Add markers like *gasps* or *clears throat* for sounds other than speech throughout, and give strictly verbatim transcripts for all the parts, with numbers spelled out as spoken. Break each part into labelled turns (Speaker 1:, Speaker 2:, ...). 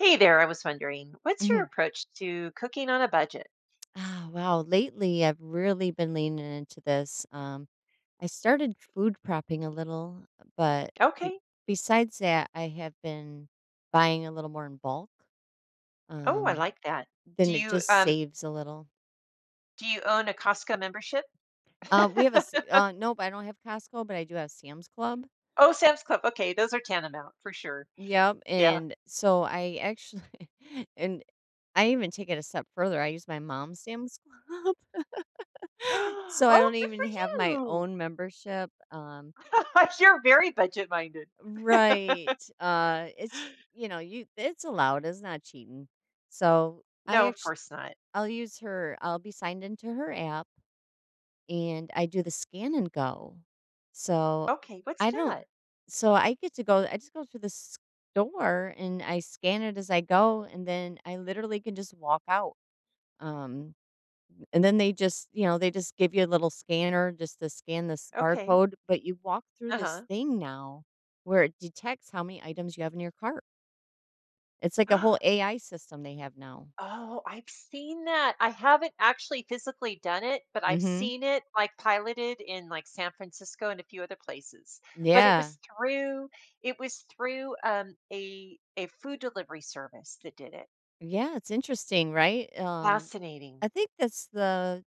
Speaker 1: Hey there, I was wondering, what's your
Speaker 2: Mhm.
Speaker 1: approach to cooking on a budget?
Speaker 2: Ah, wow. Lately, I've really been leaning into this. Um, I started food prepping a little, but be-
Speaker 1: Okay.
Speaker 2: besides that, I have been buying a little more in bulk.
Speaker 1: Oh, I
Speaker 2: Um,
Speaker 1: like that. Do
Speaker 2: then it
Speaker 1: you
Speaker 2: just
Speaker 1: um
Speaker 2: saves a little.
Speaker 1: do you own a Costco membership?
Speaker 2: Um,
Speaker 1: *laughs*
Speaker 2: we have a s- uh, nope. I don't have Costco, but I do have Sam's Club.
Speaker 1: Oh, Sam's Club. Okay, those are tantamount for sure.
Speaker 2: Yep,
Speaker 1: Yeah. *gasps*
Speaker 2: and so I actually, *laughs* and I even take it a step further. I use my mom's Sam's Club, *laughs* so I
Speaker 1: Oh,
Speaker 2: don't
Speaker 1: good for
Speaker 2: even have my
Speaker 1: you.
Speaker 2: own membership. Um,
Speaker 1: *laughs* You're very budget minded.
Speaker 2: Right. Uh, it's you know, you it's allowed. It's not cheating. So
Speaker 1: No,
Speaker 2: I
Speaker 1: of
Speaker 2: actually
Speaker 1: course not.
Speaker 2: I'll use her. I'll be signed into her app, and I do the scan and go. So
Speaker 1: Okay, what's
Speaker 2: I don't.
Speaker 1: that?
Speaker 2: So I get to go. I just go to the store and I scan it as I go, and then I literally can just walk out. Um, and then they just, you know, they just give you a little scanner just to scan this
Speaker 1: Okay.
Speaker 2: barcode, but you walk through
Speaker 1: Uh-huh.
Speaker 2: this thing now where it detects how many items you have in your cart. It's like a whole
Speaker 1: *gasps*
Speaker 2: A I system they have now.
Speaker 1: Oh, I've seen that. I haven't actually physically done it, but I've
Speaker 2: Mhm.
Speaker 1: seen it like piloted in like San Francisco and a few other places. But it
Speaker 2: Yeah.
Speaker 1: was through it was through um a a food delivery service that did it.
Speaker 2: Yeah, it's interesting, right? Um I
Speaker 1: Fascinating.
Speaker 2: think that's the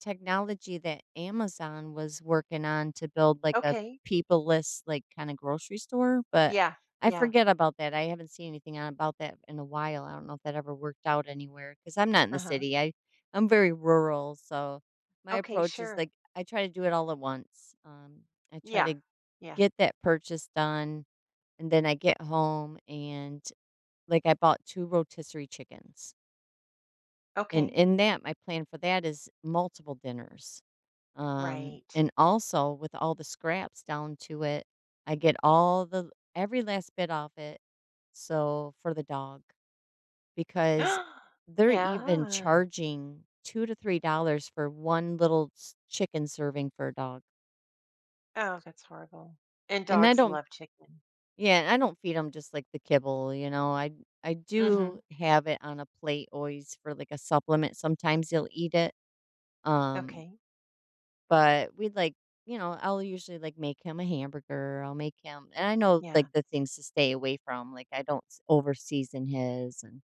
Speaker 2: technology that Amazon was working on to build like a
Speaker 1: Okay.
Speaker 2: people-less, like, kinda grocery store, but
Speaker 1: Yeah.
Speaker 2: I
Speaker 1: Yeah.
Speaker 2: forget about that. I haven't seen anything on about that in a while. I don't know if that ever worked out anywhere because 'cause I'm not in the
Speaker 1: Uh-huh.
Speaker 2: city. I I'm very rural, so my
Speaker 1: Okay,
Speaker 2: approach is,
Speaker 1: sure.
Speaker 2: like, I try to do it all at once. Um, I try
Speaker 1: Yeah.
Speaker 2: to
Speaker 1: Yeah.
Speaker 2: get that purchase done, and then I get home and, like, I bought two rotisserie chickens, and
Speaker 1: Okay.
Speaker 2: in that, my plan for that is multiple dinners. Um,
Speaker 1: Right.
Speaker 2: and also with all the scraps down to it, I get all the every last bit off it. So for the dog, because
Speaker 1: *gasps*
Speaker 2: they're even
Speaker 1: Yeah.
Speaker 2: charging two to three dollars for one little s- chicken serving for a dog,
Speaker 1: Oh, that's horrible. And
Speaker 2: and I
Speaker 1: dogs
Speaker 2: don't.
Speaker 1: love chicken.
Speaker 2: Yeah, I don't feed them just like the kibble, you know. I I
Speaker 1: Mm-hmm.
Speaker 2: do have it on a plate always for like a supplement. Sometimes they'll eat it. Um,
Speaker 1: Okay.
Speaker 2: But we'd like you know, I'll usually, like, make him a hamburger, I'll make him and I know,
Speaker 1: Yeah.
Speaker 2: like, the things to stay away from, like, I don't s over season his and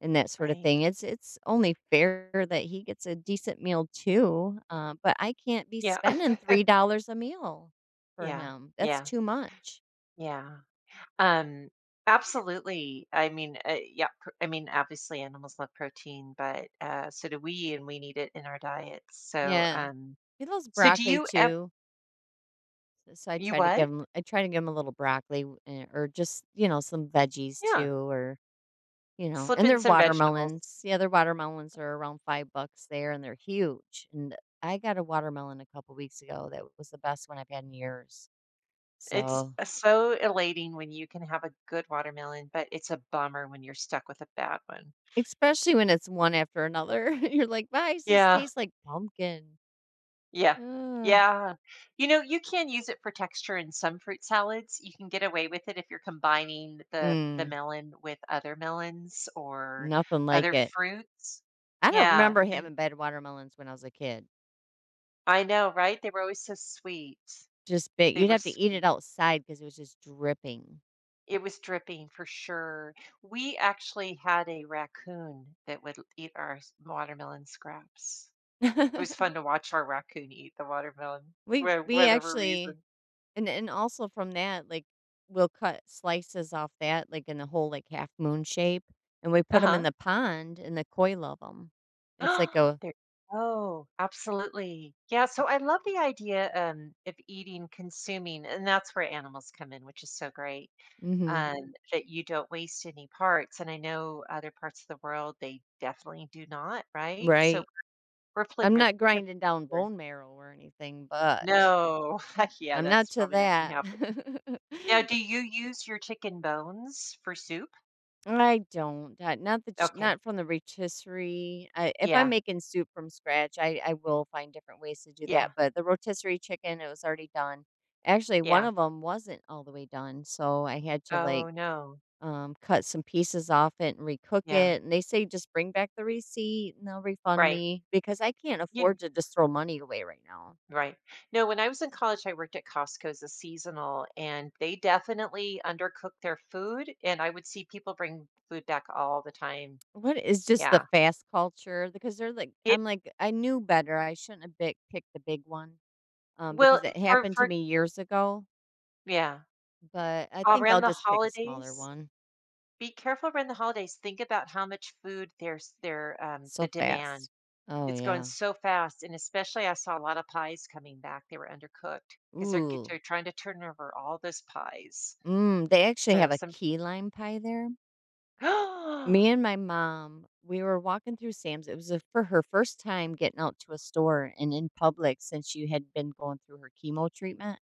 Speaker 2: and that sort of
Speaker 1: Right.
Speaker 2: thing. It's it's only fair that he gets a decent meal too, uh, but I can't be
Speaker 1: Yeah.
Speaker 2: spending
Speaker 1: *laughs*
Speaker 2: three dollars a meal for
Speaker 1: Yeah,
Speaker 2: him. That's
Speaker 1: yeah,
Speaker 2: too much.
Speaker 1: yeah. Um, absolutely. I mean, uh, yeah. pr- I mean, obviously, animals love protein, but uh, so do we, and we need it in our diets. So,
Speaker 2: Yeah.
Speaker 1: um,
Speaker 2: He loves
Speaker 1: so do
Speaker 2: broccoli
Speaker 1: you ever?
Speaker 2: too, s so I
Speaker 1: You
Speaker 2: try to
Speaker 1: what?
Speaker 2: give him I try to give him a little broccoli w eh, or just, you know, some veggies
Speaker 1: Yeah,
Speaker 2: too or you know,
Speaker 1: slip
Speaker 2: and
Speaker 1: in
Speaker 2: they're
Speaker 1: some vegetables.
Speaker 2: watermelons. Yeah, their watermelons are around five bucks there and they're huge. And I got a watermelon a couple weeks ago that was the best one I've had in years.
Speaker 1: It's
Speaker 2: So,
Speaker 1: uh, so elating when you can have a good watermelon, but it's a bummer when you're stuck with a bad one.
Speaker 2: especially when it's one after another, *laughs* you're like, "Why does this
Speaker 1: Yeah.
Speaker 2: taste like pumpkin?"
Speaker 1: Yeah.
Speaker 2: Ugh.
Speaker 1: Yeah. You know, you can use it for texture in some fruit salads. You can get away with it if you're combining the the
Speaker 2: Mm,
Speaker 1: melon with other melons or
Speaker 2: nothing like
Speaker 1: other
Speaker 2: it.
Speaker 1: fruits.
Speaker 2: I don't
Speaker 1: Yeah,
Speaker 2: remember
Speaker 1: and
Speaker 2: having bad watermelons when I was a kid.
Speaker 1: I know, right? They were always so sweet.
Speaker 2: Just big.
Speaker 1: They
Speaker 2: You'd
Speaker 1: were
Speaker 2: have to eat
Speaker 1: sweet.
Speaker 2: it outside because it was just dripping.
Speaker 1: It was dripping for sure. We actually had a raccoon that would eat our s- watermelon scraps. It was fun to
Speaker 2: *laughs*
Speaker 1: watch our raccoon eat the watermelon
Speaker 2: We
Speaker 1: for
Speaker 2: we
Speaker 1: whatever
Speaker 2: actually,
Speaker 1: reason.
Speaker 2: And and also from that, like, we'll cut slices off that, like, in a whole, like, half moon shape, and we put them in
Speaker 1: Uh-huh.
Speaker 2: the pond, and the koi love them. It's like
Speaker 1: *gasps*
Speaker 2: a
Speaker 1: There. Oh, absolutely. Yeah, so I love the idea, um, of eating, consuming, and that's where animals come in, which is so great, um,
Speaker 2: mhm,
Speaker 1: Mhm. that you don't waste any parts, and I know other parts of the world, they definitely do not, right? So
Speaker 2: right.
Speaker 1: we're
Speaker 2: I'm
Speaker 1: privileged
Speaker 2: not
Speaker 1: privileged
Speaker 2: grinding down
Speaker 1: here.
Speaker 2: bone marrow or anything, but
Speaker 1: No. *laughs* Yeah,
Speaker 2: I'm not
Speaker 1: that's
Speaker 2: to
Speaker 1: probably not gonna
Speaker 2: that.
Speaker 1: happen. Now,
Speaker 2: *laughs*
Speaker 1: do you use your chicken bones for soup?
Speaker 2: I don't. Uh, not the ch-
Speaker 1: Okay.
Speaker 2: not from the rotisserie. I, if I'm
Speaker 1: Yeah.
Speaker 2: making soup from scratch, I I will find different ways to do that.
Speaker 1: Yeah.
Speaker 2: But the rotisserie chicken, it was already done. Actually, one
Speaker 1: Yeah.
Speaker 2: of them wasn't all the way done, so I had to like
Speaker 1: Oh, no.
Speaker 2: um cut some pieces off it and recook
Speaker 1: Yeah.
Speaker 2: it. And they say just bring back the receipt and they'll refund
Speaker 1: Right.
Speaker 2: me because I can't
Speaker 1: You.
Speaker 2: afford to just throw money away right now.
Speaker 1: Right. No, when I was in college, I worked at Costco as a seasonal, and they definitely undercook their food. And I would see people bring food back all the time.
Speaker 2: What is just the
Speaker 1: Yeah.
Speaker 2: fast culture? Because they're like,
Speaker 1: It
Speaker 2: I'm like, I knew better. I shouldn't have bit- picked the big one, um,
Speaker 1: well
Speaker 2: because
Speaker 1: it-
Speaker 2: it
Speaker 1: for
Speaker 2: happened to
Speaker 1: for
Speaker 2: me years ago.
Speaker 1: yeah
Speaker 2: But I think
Speaker 1: around
Speaker 2: I'll
Speaker 1: the
Speaker 2: just pick a smaller
Speaker 1: holidays.
Speaker 2: one.
Speaker 1: Be careful around the holidays. Think about how much food there's there um, the
Speaker 2: So
Speaker 1: demand.
Speaker 2: fast. Oh
Speaker 1: It's going
Speaker 2: yeah.
Speaker 1: so fast, and especially I saw a lot of pies coming back. They were undercooked because they're get-
Speaker 2: Ooh.
Speaker 1: they're trying to turn over all those pies.
Speaker 2: Mm, they actually
Speaker 1: So
Speaker 2: have a
Speaker 1: some.
Speaker 2: key lime pie there.
Speaker 1: *gasps*
Speaker 2: Me and my mom, we were walking through Sam's. It was a, for her first time getting out to a store and in public since she had been going through her chemo treatment,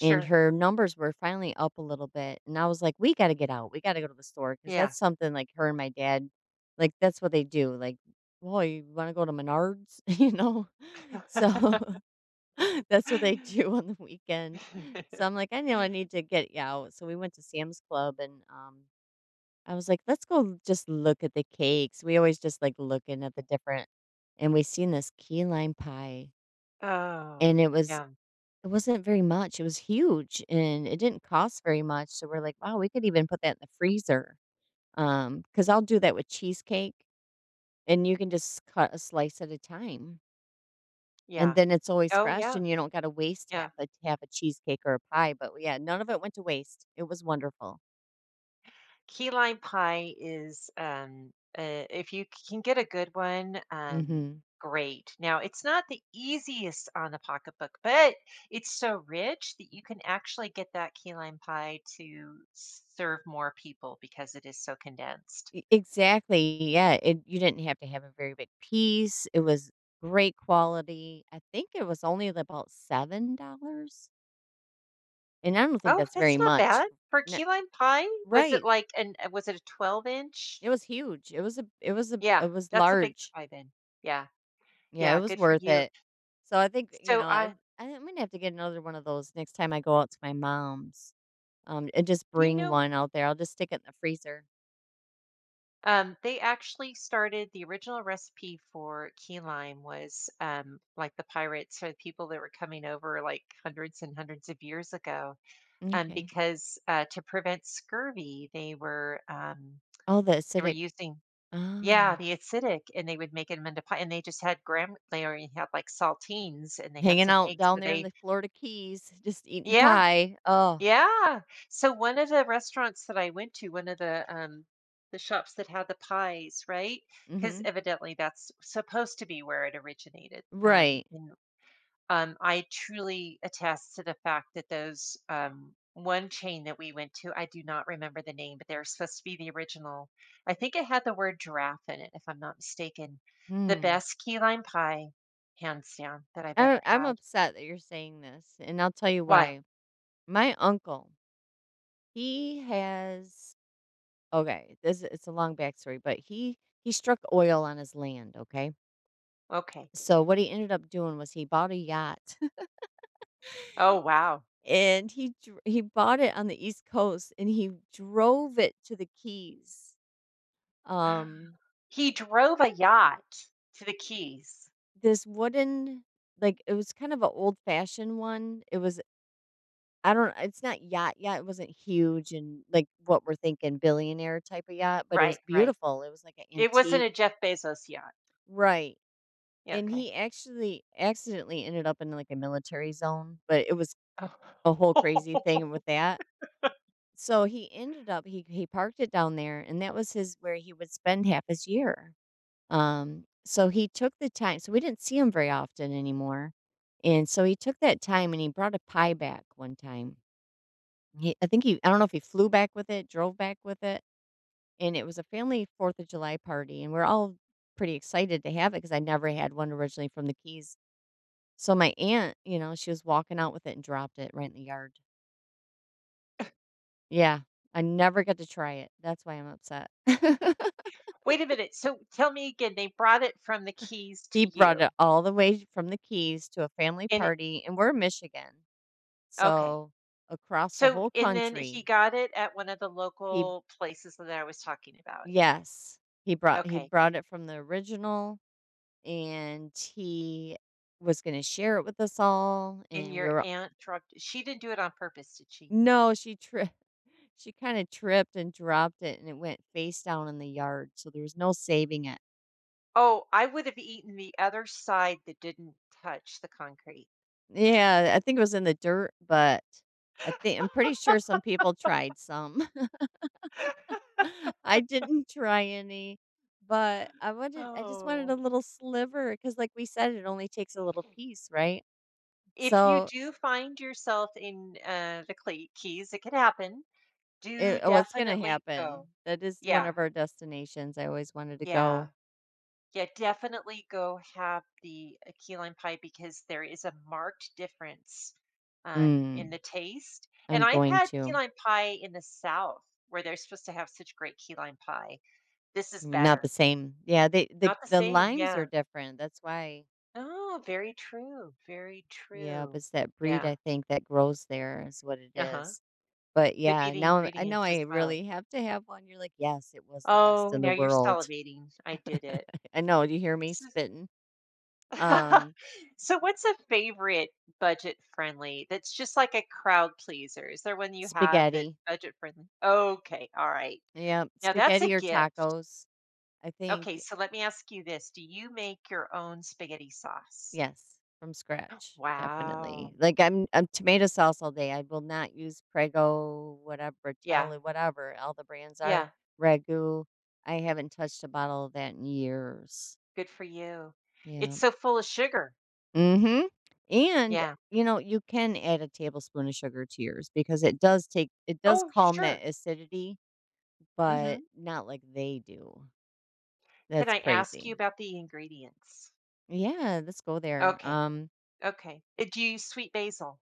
Speaker 2: and her numbers were finally up a little bit. And I was like, we got to get out. We got to go to the store because
Speaker 1: Yeah.
Speaker 2: that's something like her and my dad, like, that's what they do. Like, well, you want to go to Menards, *laughs* you know? So
Speaker 1: *laughs*
Speaker 2: *laughs* that's what they do on the weekend. So I'm like, I know I need to get you out. So we went to Sam's Club and, um, I was like, let's go just look at the cakes. We always just like looking at the different, and we seen this key lime pie,
Speaker 1: Oh,
Speaker 2: and it was
Speaker 1: yeah,
Speaker 2: it wasn't very much, it was huge, and it didn't cost very much, so we're like, "Wow, we could even put that in the freezer." Um, because 'cause I'll do that with cheesecake, and you can just cut a slice at a time, and
Speaker 1: yeah.
Speaker 2: then it's always
Speaker 1: Oh,
Speaker 2: fresh,
Speaker 1: yeah,
Speaker 2: and you don't gotta waste
Speaker 1: yeah.
Speaker 2: half a half a cheesecake or a pie, but, yeah, none of it went to waste. It was wonderful.
Speaker 1: Key lime pie is, um, uh, if you can get a good one, um,
Speaker 2: Mhm.
Speaker 1: great. Now, it's not the easiest on the pocketbook, but it's so rich that you can actually get that key lime pie to serve more people because it is so condensed.
Speaker 2: E Exactly, yeah, it you didn't have to have a very big piece, it was great quality. I think it was only about seven dollars and I don't think
Speaker 1: Oh,
Speaker 2: that's
Speaker 1: that's
Speaker 2: very
Speaker 1: not
Speaker 2: much.
Speaker 1: bad for
Speaker 2: N
Speaker 1: key lime pie. Was it
Speaker 2: Right.
Speaker 1: like an? uh, Was it a twelve inch?
Speaker 2: It was huge. It was a it was a
Speaker 1: Yeah,
Speaker 2: it was
Speaker 1: that's a big
Speaker 2: large.
Speaker 1: buy then. Yeah,
Speaker 2: Yeah, it
Speaker 1: yeah,
Speaker 2: was
Speaker 1: good for
Speaker 2: worth
Speaker 1: you.
Speaker 2: it. So I think, you
Speaker 1: So,
Speaker 2: know, I
Speaker 1: I
Speaker 2: I think I'm gonna have to get another one of those next time I go out to my mom's. Um, and just
Speaker 1: do you
Speaker 2: bring
Speaker 1: know,
Speaker 2: one out there. I'll just stick it in the freezer.
Speaker 1: um, they actually started the original recipe for key lime was, um, like the pirates or the people that were coming over like hundreds and hundreds of years ago, um,
Speaker 2: Okay.
Speaker 1: because, uh, to prevent scurvy, they were, um,
Speaker 2: Oh, the
Speaker 1: they were
Speaker 2: acidic.
Speaker 1: using. Yeah,
Speaker 2: Ah,
Speaker 1: the acidic, and they would make make 'em into pie, and they just had gram, they already had, like, saltines, and they had
Speaker 2: hanging
Speaker 1: some
Speaker 2: out
Speaker 1: eggs,
Speaker 2: down
Speaker 1: so
Speaker 2: there in
Speaker 1: they.
Speaker 2: the Florida Keys, just eating
Speaker 1: Yeah,
Speaker 2: pie. Oh,
Speaker 1: yeah. So one of the restaurants that I went to, one of the um the shops that had the pies, right? Because
Speaker 2: mm-hmm.
Speaker 1: evidently that's supposed to be where it originated. Um,
Speaker 2: Right.
Speaker 1: and um, I truly attest to the fact that those um one chain that we went to, I do not remember the name, but they're supposed to be the original. I think it had the word giraffe in it, if I'm not mistaken. The
Speaker 2: Hmm.
Speaker 1: best key lime pie, hands down, that I've
Speaker 2: I,
Speaker 1: ever
Speaker 2: I'm
Speaker 1: had.
Speaker 2: upset that you're saying this, and I'll tell you
Speaker 1: Why?
Speaker 2: why. My uncle, he has okay, this it's a long backstory, but he he struck oil on his land. Okay,
Speaker 1: Okay.
Speaker 2: so what he ended up doing was he bought a yacht,
Speaker 1: Oh wow.
Speaker 2: *laughs* and he dr- he bought it on the East Coast, and he drove it to the Keys. Um,
Speaker 1: *gasps* He drove a yacht to the Keys.
Speaker 2: this wooden, like it was kind of an old fashioned one. It was I don't it's not yacht yacht. It wasn't huge and like what we're thinking billionaire type of yacht, but it
Speaker 1: Right,
Speaker 2: was
Speaker 1: right.
Speaker 2: beautiful. It was like an
Speaker 1: It wasn't a
Speaker 2: antique.
Speaker 1: Jeff Bezos yacht.
Speaker 2: Right.
Speaker 1: Yeah,
Speaker 2: And
Speaker 1: okay.
Speaker 2: he actually accidentally ended up in, like, a military zone, but it was a whole crazy
Speaker 1: Oh,
Speaker 2: thing with that. So he ended up he he parked it down there, and that was his where he would spend half his year. Um, so he took the time so we didn't see him very often anymore, and so he took that time and he brought a pie back one time. He I think he I don't know if he flew back with it, drove back with it, and it was a family fourth of July party, and we're all pretty excited to have it because I never had one originally from the Keys. So my aunt, you know, she was walking out with it and dropped it right in the yard. Yeah, I never got to try it. That's why I'm upset. *laughs*
Speaker 1: *laughs* wait a minute, so tell me again, they brought it from the Keys to
Speaker 2: He brought
Speaker 1: you,
Speaker 2: it all the way from the Keys to a family
Speaker 1: and it
Speaker 2: party, and we're in Michigan.
Speaker 1: okay.
Speaker 2: So across the
Speaker 1: So
Speaker 2: whole
Speaker 1: and then he
Speaker 2: country,
Speaker 1: got it at one of the
Speaker 2: he
Speaker 1: local places that I was talking about.
Speaker 2: yes, he brought he
Speaker 1: Okay,
Speaker 2: brought it from the original, and he was going to share it with us all,
Speaker 1: and
Speaker 2: and we
Speaker 1: your
Speaker 2: were
Speaker 1: aunt dropped she didn't do it on purpose, did she?
Speaker 2: no, she tri *laughs* she kinda tripped and dropped it, and it went face down in the yard, so there was no saving it.
Speaker 1: Oh, I would have eaten the other side that didn't touch the concrete.
Speaker 2: Yeah, I think it was in the dirt, but I think I'm pretty sure some people tried some.
Speaker 1: *gasps* *laughs*
Speaker 2: *laughs* I didn't try any, but I wanted I just wanted
Speaker 1: Oh.
Speaker 2: a little sliver because, like we said, it only takes a little piece, right?
Speaker 1: If you
Speaker 2: So,
Speaker 1: do find yourself in, uh, the cle Keys, it could happen, do
Speaker 2: it uh, what's gonna
Speaker 1: definitely
Speaker 2: happen.
Speaker 1: go.
Speaker 2: That is one
Speaker 1: Yeah,
Speaker 2: of our destinations I always wanted to
Speaker 1: yeah,
Speaker 2: go.
Speaker 1: yeah, definitely go have the, uh, key lime pie because there is a marked difference, um, in
Speaker 2: Mm,
Speaker 1: the taste, and
Speaker 2: I'm
Speaker 1: I've
Speaker 2: going
Speaker 1: had key
Speaker 2: to.
Speaker 1: lime pie in the South where they're supposed to have such great key lime pie. This is
Speaker 2: Not the
Speaker 1: better.
Speaker 2: same. Yeah, they the
Speaker 1: Not the
Speaker 2: the
Speaker 1: same,
Speaker 2: limes are
Speaker 1: yeah.
Speaker 2: different, that's why
Speaker 1: Oh, very true, very
Speaker 2: yeah, but
Speaker 1: true.
Speaker 2: it's that breed,
Speaker 1: Yeah,
Speaker 2: I think, that grows there is what it
Speaker 1: uh-huh.
Speaker 2: is. But,
Speaker 1: Could be
Speaker 2: yeah,
Speaker 1: the
Speaker 2: now I know
Speaker 1: ingredients as
Speaker 2: I
Speaker 1: well.
Speaker 2: really have to have one. You're like, "Yes, it was the best
Speaker 1: Oh,
Speaker 2: in
Speaker 1: now
Speaker 2: the
Speaker 1: you're
Speaker 2: world."
Speaker 1: salivating. I did it.
Speaker 2: *laughs* I know, do you hear me
Speaker 1: So
Speaker 2: spitting?
Speaker 1: *laughs*
Speaker 2: Um,
Speaker 1: so what's a favorite budget friendly that's just like a crowd pleaser? Is there one you have that's
Speaker 2: Spaghetti.
Speaker 1: budget friendly? Okay, all right.
Speaker 2: Yeah,
Speaker 1: Now that's a
Speaker 2: spaghetti or
Speaker 1: gift.
Speaker 2: tacos. I think
Speaker 1: Okay, so let me ask you this. Do you make your own spaghetti sauce?
Speaker 2: yes, from scratch, definitely.
Speaker 1: Wow.
Speaker 2: Like I'm I'm tomato sauce all day. I will not use Prego, whatever,
Speaker 1: Yeah,
Speaker 2: Bertelli, whatever all the brands are.
Speaker 1: yeah.
Speaker 2: Ragu. I haven't touched a bottle of that in years.
Speaker 1: Good for you. It's
Speaker 2: Yeah.
Speaker 1: so full of sugar.
Speaker 2: Mhm. And
Speaker 1: Yeah.
Speaker 2: you know, you can add a tablespoon of sugar to yours because it does take it does
Speaker 1: Oh,
Speaker 2: calm
Speaker 1: sure.
Speaker 2: that acidity,
Speaker 1: Hmm.
Speaker 2: but not like they do.
Speaker 1: Can
Speaker 2: That's
Speaker 1: I ask you
Speaker 2: crazy.
Speaker 1: about the ingredients?
Speaker 2: Yeah, let's go there.
Speaker 1: Okay.
Speaker 2: Um
Speaker 1: Okay. Uh, do you use sweet basil?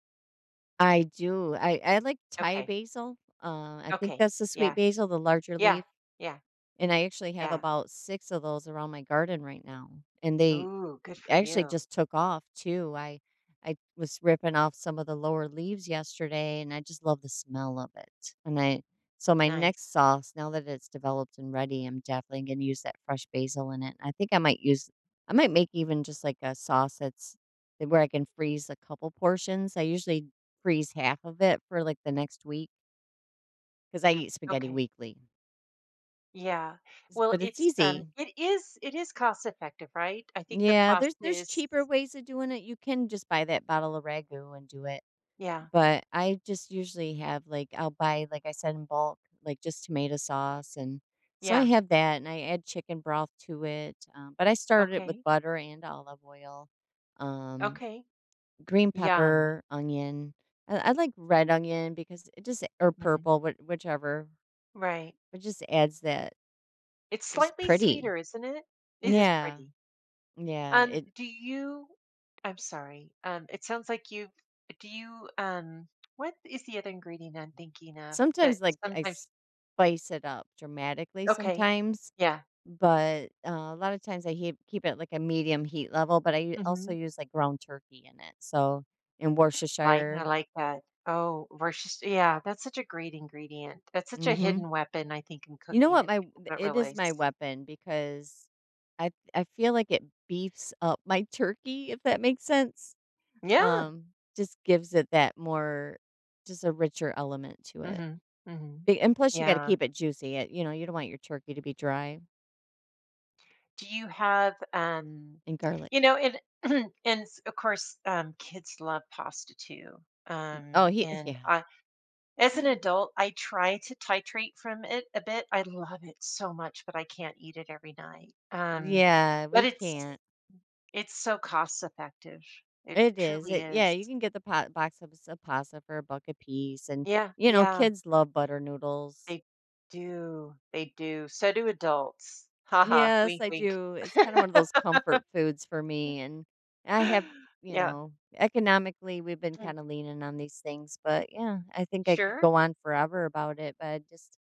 Speaker 2: I do. I I like Thai
Speaker 1: Okay.
Speaker 2: basil. Uh, I think
Speaker 1: Okay.
Speaker 2: that's the sweet
Speaker 1: Yeah.
Speaker 2: basil, the larger
Speaker 1: Yeah.
Speaker 2: leaf,
Speaker 1: Yeah.
Speaker 2: and I actually have
Speaker 1: Yeah.
Speaker 2: about six of those around my garden right now, and they
Speaker 1: Ooh, good for
Speaker 2: actually
Speaker 1: you.
Speaker 2: just took off too. I I was ripping off some of the lower leaves yesterday and I just love the smell of it. And I So my next
Speaker 1: Nice.
Speaker 2: sauce, now that it's developed and ready, I'm definitely going to use that fresh basil in it. I think I might use I might make even just like a sauce that's that where I can freeze a couple portions. I usually freeze half of it for like the next week cuz I eat spaghetti
Speaker 1: Okay.
Speaker 2: weekly.
Speaker 1: Yeah.
Speaker 2: It's-
Speaker 1: Well,
Speaker 2: But it's
Speaker 1: it's um
Speaker 2: easy.
Speaker 1: it is it is cost effective, right? I think the
Speaker 2: Yeah,
Speaker 1: pasta
Speaker 2: there's there's
Speaker 1: is
Speaker 2: cheaper ways of doing it. You can just buy that bottle of ragu and do it.
Speaker 1: yeah.
Speaker 2: But I just usually have, like I'll buy, like I said, in bulk, like just tomato sauce, and so I
Speaker 1: Yeah.
Speaker 2: have that, and I add chicken broth to it, um, but I started it with
Speaker 1: Okay.
Speaker 2: butter and olive oil, um,
Speaker 1: Okay.
Speaker 2: green
Speaker 1: Yum.
Speaker 2: pepper, onion. I, I like red onion because it just or
Speaker 1: Hmm.
Speaker 2: purple, wh- whichever.
Speaker 1: Right.
Speaker 2: It just adds that
Speaker 1: It's
Speaker 2: just
Speaker 1: slightly
Speaker 2: pretty.
Speaker 1: sweeter, isn't it? It is
Speaker 2: Yeah,
Speaker 1: pretty.
Speaker 2: yeah.
Speaker 1: Um,
Speaker 2: It
Speaker 1: do you I'm sorry. Um, it sounds like you do you um what is the other ingredient I'm thinking of that
Speaker 2: Sometimes like I
Speaker 1: sometimes
Speaker 2: spice it up dramatically
Speaker 1: okay.
Speaker 2: sometimes.
Speaker 1: Yeah.
Speaker 2: But, uh, a lot of times I heep keep it, like, a medium heat level, but I u- also
Speaker 1: Mhm.
Speaker 2: use, like, ground turkey in it, so in
Speaker 1: Like I
Speaker 2: Worcestershire,
Speaker 1: like that. Oh, versus yeah, that's such a great ingredient. That's such a
Speaker 2: mhm.
Speaker 1: hidden weapon I think in
Speaker 2: You know
Speaker 1: cooking
Speaker 2: what?
Speaker 1: that
Speaker 2: My
Speaker 1: people don't
Speaker 2: It is my
Speaker 1: realize.
Speaker 2: weapon because I I feel like it beefs up *laughs* my turkey, if that makes sense.
Speaker 1: Yeah.
Speaker 2: Um, just gives it that more just a richer element to it.
Speaker 1: Mhm. Mhm.
Speaker 2: Be and Plus, you gotta
Speaker 1: Yeah.
Speaker 2: keep it juicy, it you know, you don't want your turkey to be dry,
Speaker 1: Do you have um
Speaker 2: and garlic.
Speaker 1: you know, and *clears throat* and s- of course um kids love pasta too.
Speaker 2: Oh,
Speaker 1: Um
Speaker 2: he
Speaker 1: and
Speaker 2: yeah.
Speaker 1: I as an
Speaker 2: *laughs*
Speaker 1: adult, I try to titrate from it a bit. I love it so much, but I can't eat it every night. Um,
Speaker 2: Yeah,
Speaker 1: but
Speaker 2: we
Speaker 1: it's
Speaker 2: can't.
Speaker 1: it's so cost effective. It
Speaker 2: It is,
Speaker 1: truly
Speaker 2: it yeah,
Speaker 1: is.
Speaker 2: you can get the pot box of s of pasta for a buck a piece, and,
Speaker 1: Yeah,
Speaker 2: you know,
Speaker 1: yeah,
Speaker 2: kids love butter noodles.
Speaker 1: they do. They do. So do adults. Haha,
Speaker 2: Yes,
Speaker 1: wink,
Speaker 2: I
Speaker 1: wink.
Speaker 2: do,
Speaker 1: *laughs*
Speaker 2: it's kinda one of those comfort foods for me, and I have you
Speaker 1: Yeah.
Speaker 2: know, economically, we've been
Speaker 1: Mm,
Speaker 2: kinda leaning on these things, but, yeah, I think I could
Speaker 1: sure.
Speaker 2: go on forever about it, but just,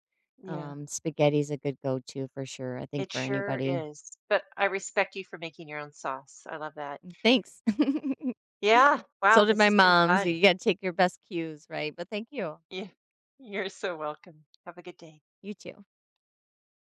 Speaker 1: Yeah.
Speaker 2: um, spaghetti's a good go-to for sure, I think
Speaker 1: It
Speaker 2: for
Speaker 1: sure
Speaker 2: anybody.
Speaker 1: is. But I respect you for making your own sauce. I love that.
Speaker 2: Thanks. *laughs*
Speaker 1: Yeah.
Speaker 2: So
Speaker 1: Wow,
Speaker 2: did
Speaker 1: this
Speaker 2: my
Speaker 1: has been
Speaker 2: mom, so
Speaker 1: fun.
Speaker 2: you gotta take your best cues, right? But thank you.
Speaker 1: You, you're so welcome. Have a good day.
Speaker 2: You too.